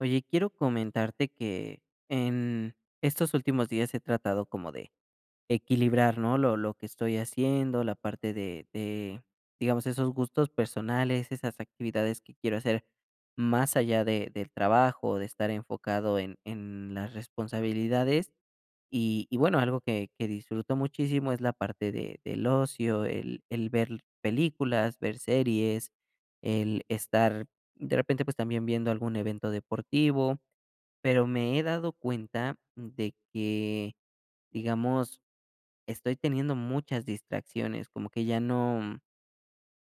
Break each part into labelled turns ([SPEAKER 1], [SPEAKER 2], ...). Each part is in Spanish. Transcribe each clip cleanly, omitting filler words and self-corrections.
[SPEAKER 1] Oye, quiero comentarte que en estos últimos días he tratado como de equilibrar, ¿no? Lo que estoy haciendo, la parte de, digamos, esos gustos personales, esas actividades que quiero hacer más allá de del trabajo, de estar enfocado en las responsabilidades. Y bueno, algo que disfruto muchísimo es la parte de del ocio, el ver películas, ver series, el estar, de repente, pues, también viendo algún evento deportivo, pero me he dado cuenta de que, digamos, estoy teniendo muchas distracciones, como que ya no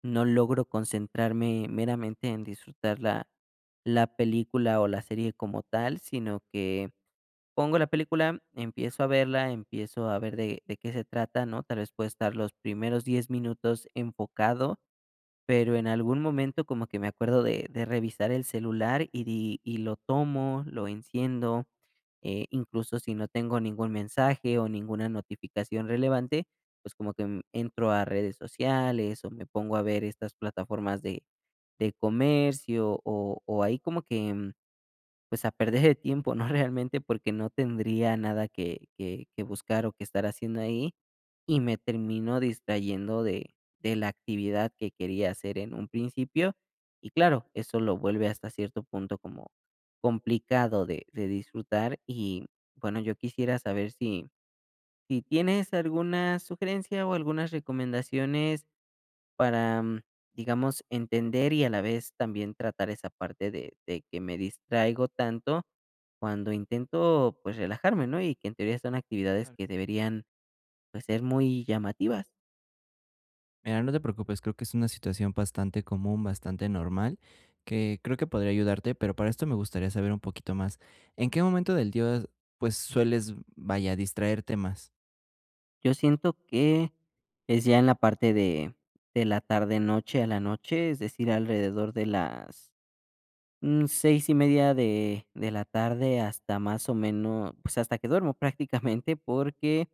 [SPEAKER 1] no logro concentrarme meramente en disfrutar la película o la serie como tal, sino que pongo la película, empiezo a verla, empiezo a ver de qué se trata, ¿no? Tal vez puedo estar los primeros 10 minutos enfocado, pero
[SPEAKER 2] Ajá.
[SPEAKER 1] en algún momento como que me acuerdo de revisar el celular y di y lo tomo, lo enciendo. Incluso si no tengo ningún mensaje o ninguna notificación relevante, pues como que, entro a redes sociales o me pongo a ver estas plataformas de comercio o ahí como que, pues, a perder el tiempo, ¿no? Realmente, porque no tendría nada que buscar o que estar haciendo ahí, y me termino distrayendo de la actividad que quería hacer en un principio. Y claro, eso lo vuelve hasta cierto punto como complicado de disfrutar. Y, bueno, yo quisiera saber si si tienes alguna sugerencia o algunas recomendaciones para, digamos, entender y a la vez también tratar esa parte de que me distraigo tanto cuando intento, pues, relajarme, ¿no? Y que en teoría son actividades
[SPEAKER 2] Claro.
[SPEAKER 1] que deberían, pues, ser muy llamativas.
[SPEAKER 2] Mira, no te preocupes, creo que es una situación bastante común, bastante normal, que creo que podría ayudarte, pero para esto me gustaría saber un poquito más. ¿En qué momento del día, pues, sueles, vaya, distraerte más?
[SPEAKER 1] Yo siento que es ya en la parte de la tarde-noche a la noche, es decir, alrededor de las, 6:30 de la tarde hasta más o menos, pues, hasta que duermo prácticamente, porque,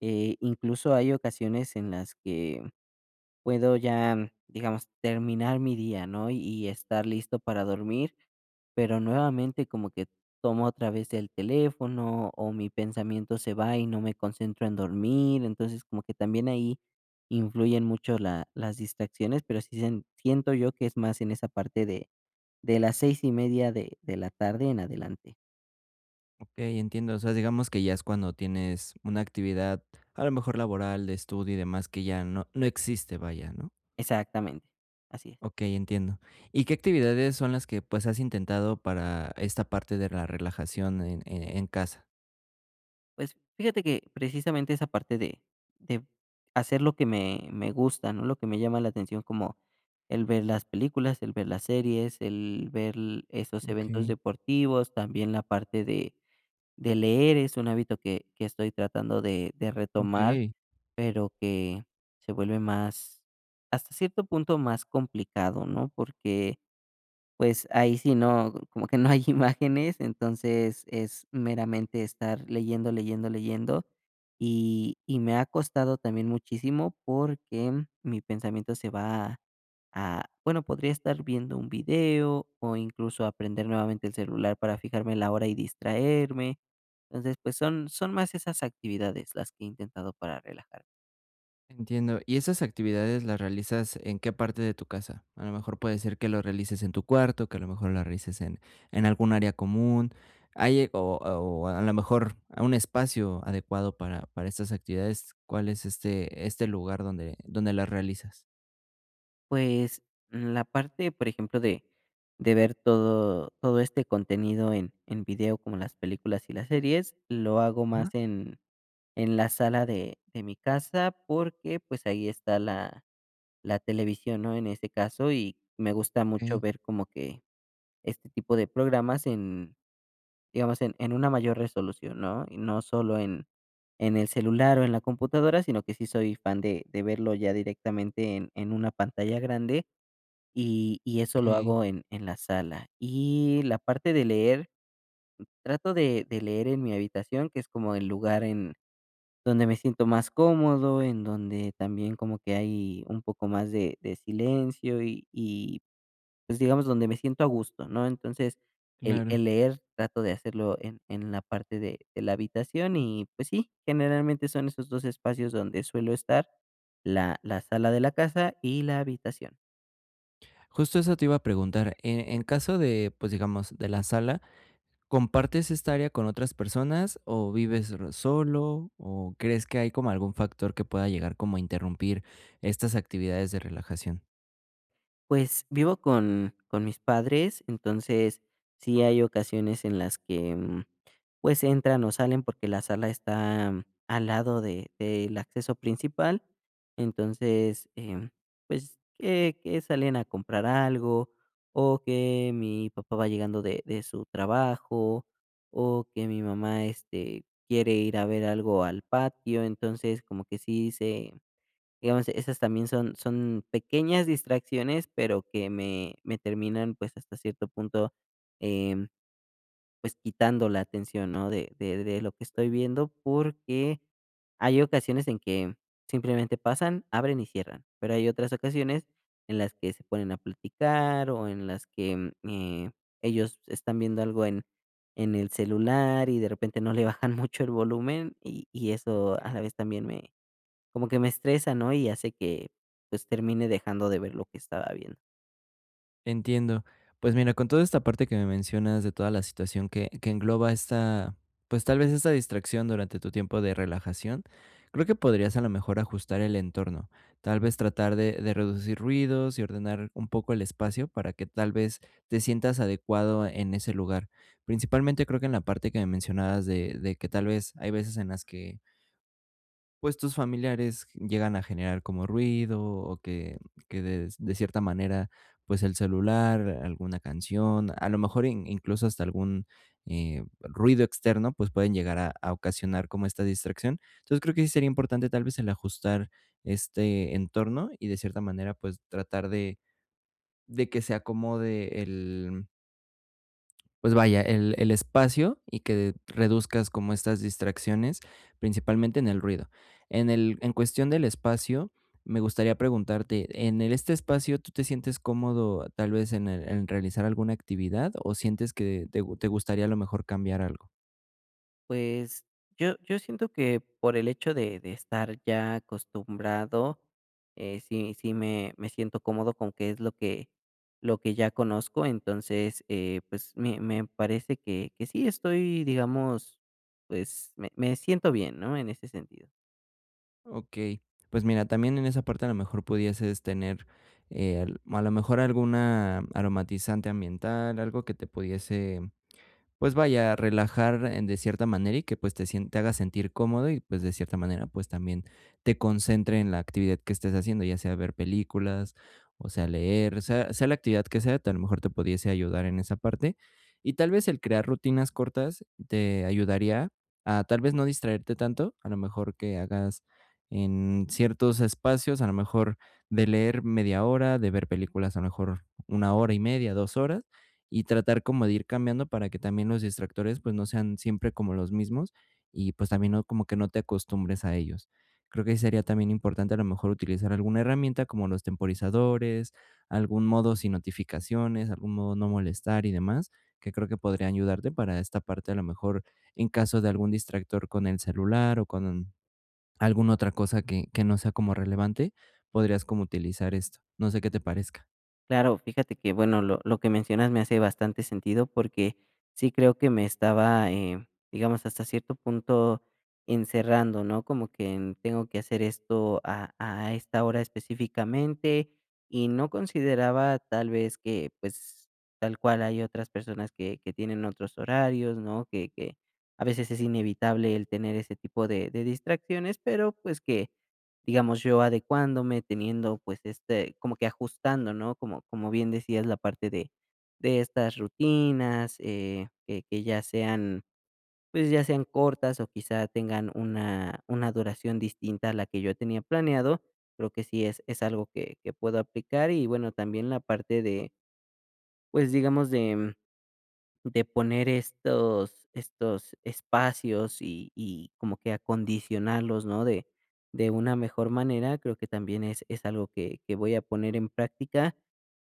[SPEAKER 1] incluso hay ocasiones en las que puedo ya, digamos, terminar mi día, ¿no? Y estar listo para dormir, pero nuevamente como que tomo otra vez el teléfono o mi pensamiento se va y no me concentro en dormir, entonces como que también ahí influyen mucho la, las distracciones, pero sí siento yo que es más en esa parte de las 6:30 de la tarde en adelante.
[SPEAKER 2] Okey, entiendo, o sea, digamos que ya es cuando tienes una actividad, a lo mejor laboral, de estudio y demás, que ya no existe, vaya, ¿no?
[SPEAKER 1] Exactamente, así es.
[SPEAKER 2] Okey, entiendo. ¿Y qué actividades son las que, pues, has intentado para esta parte de la relajación en casa?
[SPEAKER 1] Pues, fíjate que precisamente esa parte de hacer lo que me gusta, ¿no? Lo que me llama la atención, como el ver las películas, el ver las series, el ver esos eventos
[SPEAKER 2] Okey,
[SPEAKER 1] deportivos, también la parte de leer es un hábito que estoy tratando de retomar,
[SPEAKER 2] okey.
[SPEAKER 1] pero que se vuelve más, hasta cierto punto, más complicado, ¿no? Porque pues ahí sí no, como que no hay imágenes, entonces es meramente estar leyendo, leyendo, leyendo. Y me ha costado también muchísimo porque mi pensamiento se va a, bueno, podría estar viendo un video o incluso aprender nuevamente el celular para fijarme la hora y distraerme. Entonces, pues son más esas actividades las que he intentado para relajar.
[SPEAKER 2] Entiendo. ¿Y esas actividades las realizas en qué parte de tu casa? A lo mejor puede ser que lo realices en tu cuarto, que a lo mejor lo realices en algún área común. Hay, o a lo mejor un espacio adecuado para estas actividades. ¿Cuál es este, este lugar donde, donde las realizas?
[SPEAKER 1] Pues, la parte, por ejemplo, de ver todo este contenido en video, como las películas y las series, lo hago
[SPEAKER 2] Ajá.
[SPEAKER 1] más en la sala de mi casa, porque, pues, ahí está la televisión, ¿no?, en ese caso, y me gusta mucho
[SPEAKER 2] Ok,
[SPEAKER 1] ver como que este tipo de programas en, digamos, en una mayor resolución, ¿no?, y no solo en el celular o en la computadora, sino que sí soy fan de verlo ya directamente en una pantalla grande. Y eso
[SPEAKER 2] ok,
[SPEAKER 1] lo hago en la sala. Y la parte de leer, trato de leer en mi habitación, que es como el lugar en donde me siento más cómodo, en donde también como que hay un poco más de silencio y, pues, digamos, donde me siento a gusto, ¿no? Entonces,
[SPEAKER 2] claro.
[SPEAKER 1] el leer trato de hacerlo en la parte de la habitación y, pues sí, generalmente son esos 2 espacios donde suelo estar, la sala de la casa y la habitación.
[SPEAKER 2] Justo eso te iba a preguntar. En caso de, pues digamos, de la sala, ¿compartes esta área con otras personas o vives r- solo? ¿O crees que hay como algún factor que pueda llegar como a interrumpir estas actividades de relajación?
[SPEAKER 1] Pues vivo con mis padres, entonces sí hay ocasiones en las que pues entran o salen porque la sala está al lado de, del acceso principal, entonces pues que salen a comprar algo o que mi papá va llegando de su trabajo o que mi mamá este, quiere ir a ver algo al patio, entonces como que sí se, digamos, esas también son pequeñas distracciones, pero que me terminan, pues, hasta cierto punto, em, pues, quitando la atención, ¿no? De lo que estoy viendo, porque hay ocasiones en que simplemente pasan, abren y cierran, pero hay otras ocasiones en las que se ponen a platicar o en las que, ellos están viendo algo en el celular y de repente no le bajan mucho el volumen y eso a la vez también me como que me estresa, ¿no? Y hace que, pues, termine dejando de ver lo que estaba viendo.
[SPEAKER 2] Entiendo. Pues mira, con toda esta parte que me mencionas de toda la situación que engloba esta, pues tal vez esta distracción durante tu tiempo de relajación, creo que podrías a lo mejor ajustar el entorno, tal vez tratar de reducir ruidos y ordenar un poco el espacio para que tal vez te sientas adecuado en ese lugar. Principalmente creo que en la parte que me mencionabas de que tal vez hay veces en las que pues tus familiares llegan a generar como ruido o que de cierta manera, pues el celular, alguna canción, a lo mejor in incluso hasta algún, ruido externo, pues pueden llegar a ocasionar como esta distracción. Entonces, creo que sí sería importante tal vez el ajustar este entorno y de cierta manera, pues tratar de que se acomode el pues vaya, el espacio y que reduzcas como estas distracciones, principalmente en el ruido. En el, en cuestión del espacio, me gustaría preguntarte, ¿en el- este espacio tú te sientes cómodo tal vez en, el- en realizar alguna actividad o sientes que te, gu- te gustaría a lo mejor cambiar algo?
[SPEAKER 1] Pues, yo siento que por el hecho de estar ya acostumbrado, sí sí me siento cómodo con que es lo que ya conozco. Entonces, pues, me parece que sí estoy, digamos, pues, me siento bien, ¿no? En ese sentido.
[SPEAKER 2] Ok, pues mira, también en esa parte a lo mejor pudieses tener al- a lo mejor alguna aromatizante ambiental, algo que te pudiese pues vaya, relajar en de cierta manera y que pues te sien te haga sentir cómodo y pues de cierta manera pues también te concentre en la actividad que estés haciendo, ya sea ver películas, o sea leer, sea sea la actividad que sea, a lo mejor te pudiese ayudar en esa parte. Y tal vez el crear rutinas cortas te ayudaría a tal vez no distraerte tanto, a lo mejor que hagas en ciertos espacios, a lo mejor de leer media hora, de ver películas, a lo mejor 1 hora y media, 2 horas, y tratar como de ir cambiando para que también los distractores, pues, no sean siempre como los mismos y, pues, también no como que no te acostumbres a ellos. Creo que sería también importante, a lo mejor, utilizar alguna herramienta como los temporizadores, algún modo sin notificaciones, algún modo no molestar y demás, que creo que podría ayudarte para esta parte, a lo mejor, en caso de algún distractor con el celular o con alguna otra cosa que no sea como relevante, podrías como utilizar esto. No sé qué te parezca.
[SPEAKER 1] Claro, fíjate que, bueno, lo que mencionas me hace bastante sentido porque sí creo que me estaba, digamos, hasta cierto punto encerrando, ¿no? Como que en tengo que hacer esto a esta hora específicamente y no consideraba tal vez que, pues, tal cual hay otras personas que tienen otros horarios, ¿no? Que a veces es inevitable el tener ese tipo de distracciones, pero, pues, que digamos, yo adecuándome, teniendo, pues, este, como que ajustando, ¿no? Como, como bien decías, la parte de estas rutinas, que ya sean, pues, ya sean cortas o quizá tengan una duración distinta a la que yo tenía planeado. Creo que sí es algo que puedo aplicar y bueno, también la parte de, pues, digamos, de poner estos espacios y como que acondicionarlos, ¿no? De una mejor manera, creo que también es algo que voy a poner en práctica,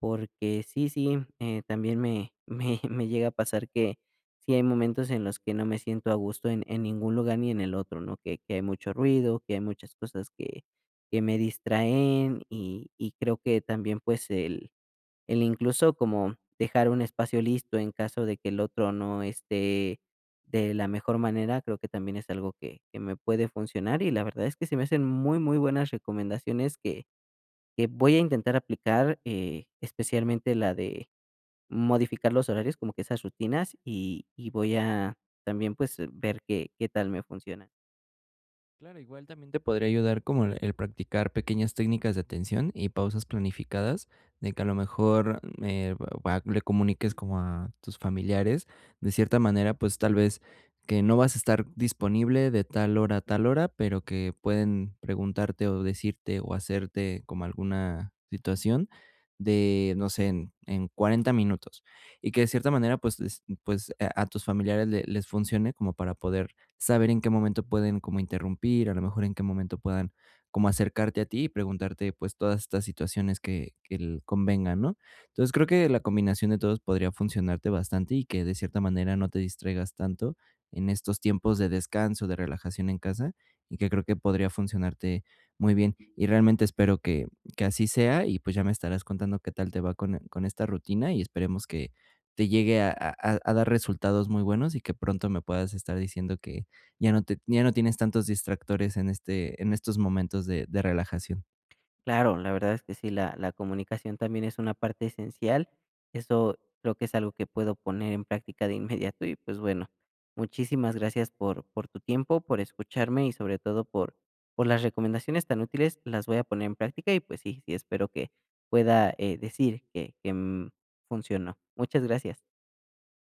[SPEAKER 1] porque sí, sí, también me me llega a pasar que sí hay momentos en los que no me siento a gusto en ningún lugar ni en el otro, ¿no? Que hay mucho ruido, que hay muchas cosas que me distraen y creo que también, pues, el incluso como dejar un espacio listo en caso de que el otro no esté de la mejor manera, creo que también es algo que me puede funcionar, y la verdad es que se me hacen muy, muy buenas recomendaciones que voy a intentar aplicar, especialmente la de modificar los horarios, como que esas rutinas, y voy a también, pues, ver qué qué tal me funcionan.
[SPEAKER 2] Claro, igual también te podría ayudar como el practicar pequeñas técnicas de atención y pausas planificadas, de que a lo mejor va- le comuniques como a tus familiares, de cierta manera, pues tal vez que no vas a estar disponible de tal hora a tal hora, pero que pueden preguntarte o decirte o hacerte como alguna situación de, no sé, en 40 minutos. Y que de cierta manera, pues, les- pues a tus familiares le- les funcione como para poder saber en qué momento pueden como interrumpir, a lo mejor en qué momento puedan como acercarte a ti y preguntarte pues todas estas situaciones que el- convengan, ¿no? Entonces creo que la combinación de todos podría funcionarte bastante y que de cierta manera no te distraigas tanto en estos tiempos de descanso, de relajación en casa y que creo que podría funcionarte muy bien. Y realmente espero que así sea y pues ya me estarás contando qué tal te va con esta rutina y esperemos que te llegue a dar resultados muy buenos y que pronto me puedas estar diciendo que ya no, te, ya no tienes tantos distractores en, este, en estos momentos de relajación.
[SPEAKER 1] Claro, la verdad es que sí, la comunicación también es una parte esencial. Eso creo que es algo que puedo poner en práctica de inmediato y, pues, bueno, muchísimas gracias por tu tiempo, por escucharme y, sobre todo, por las recomendaciones tan útiles. Las voy a poner en práctica y, pues sí, sí espero que pueda, decir que funcionó. Muchas gracias.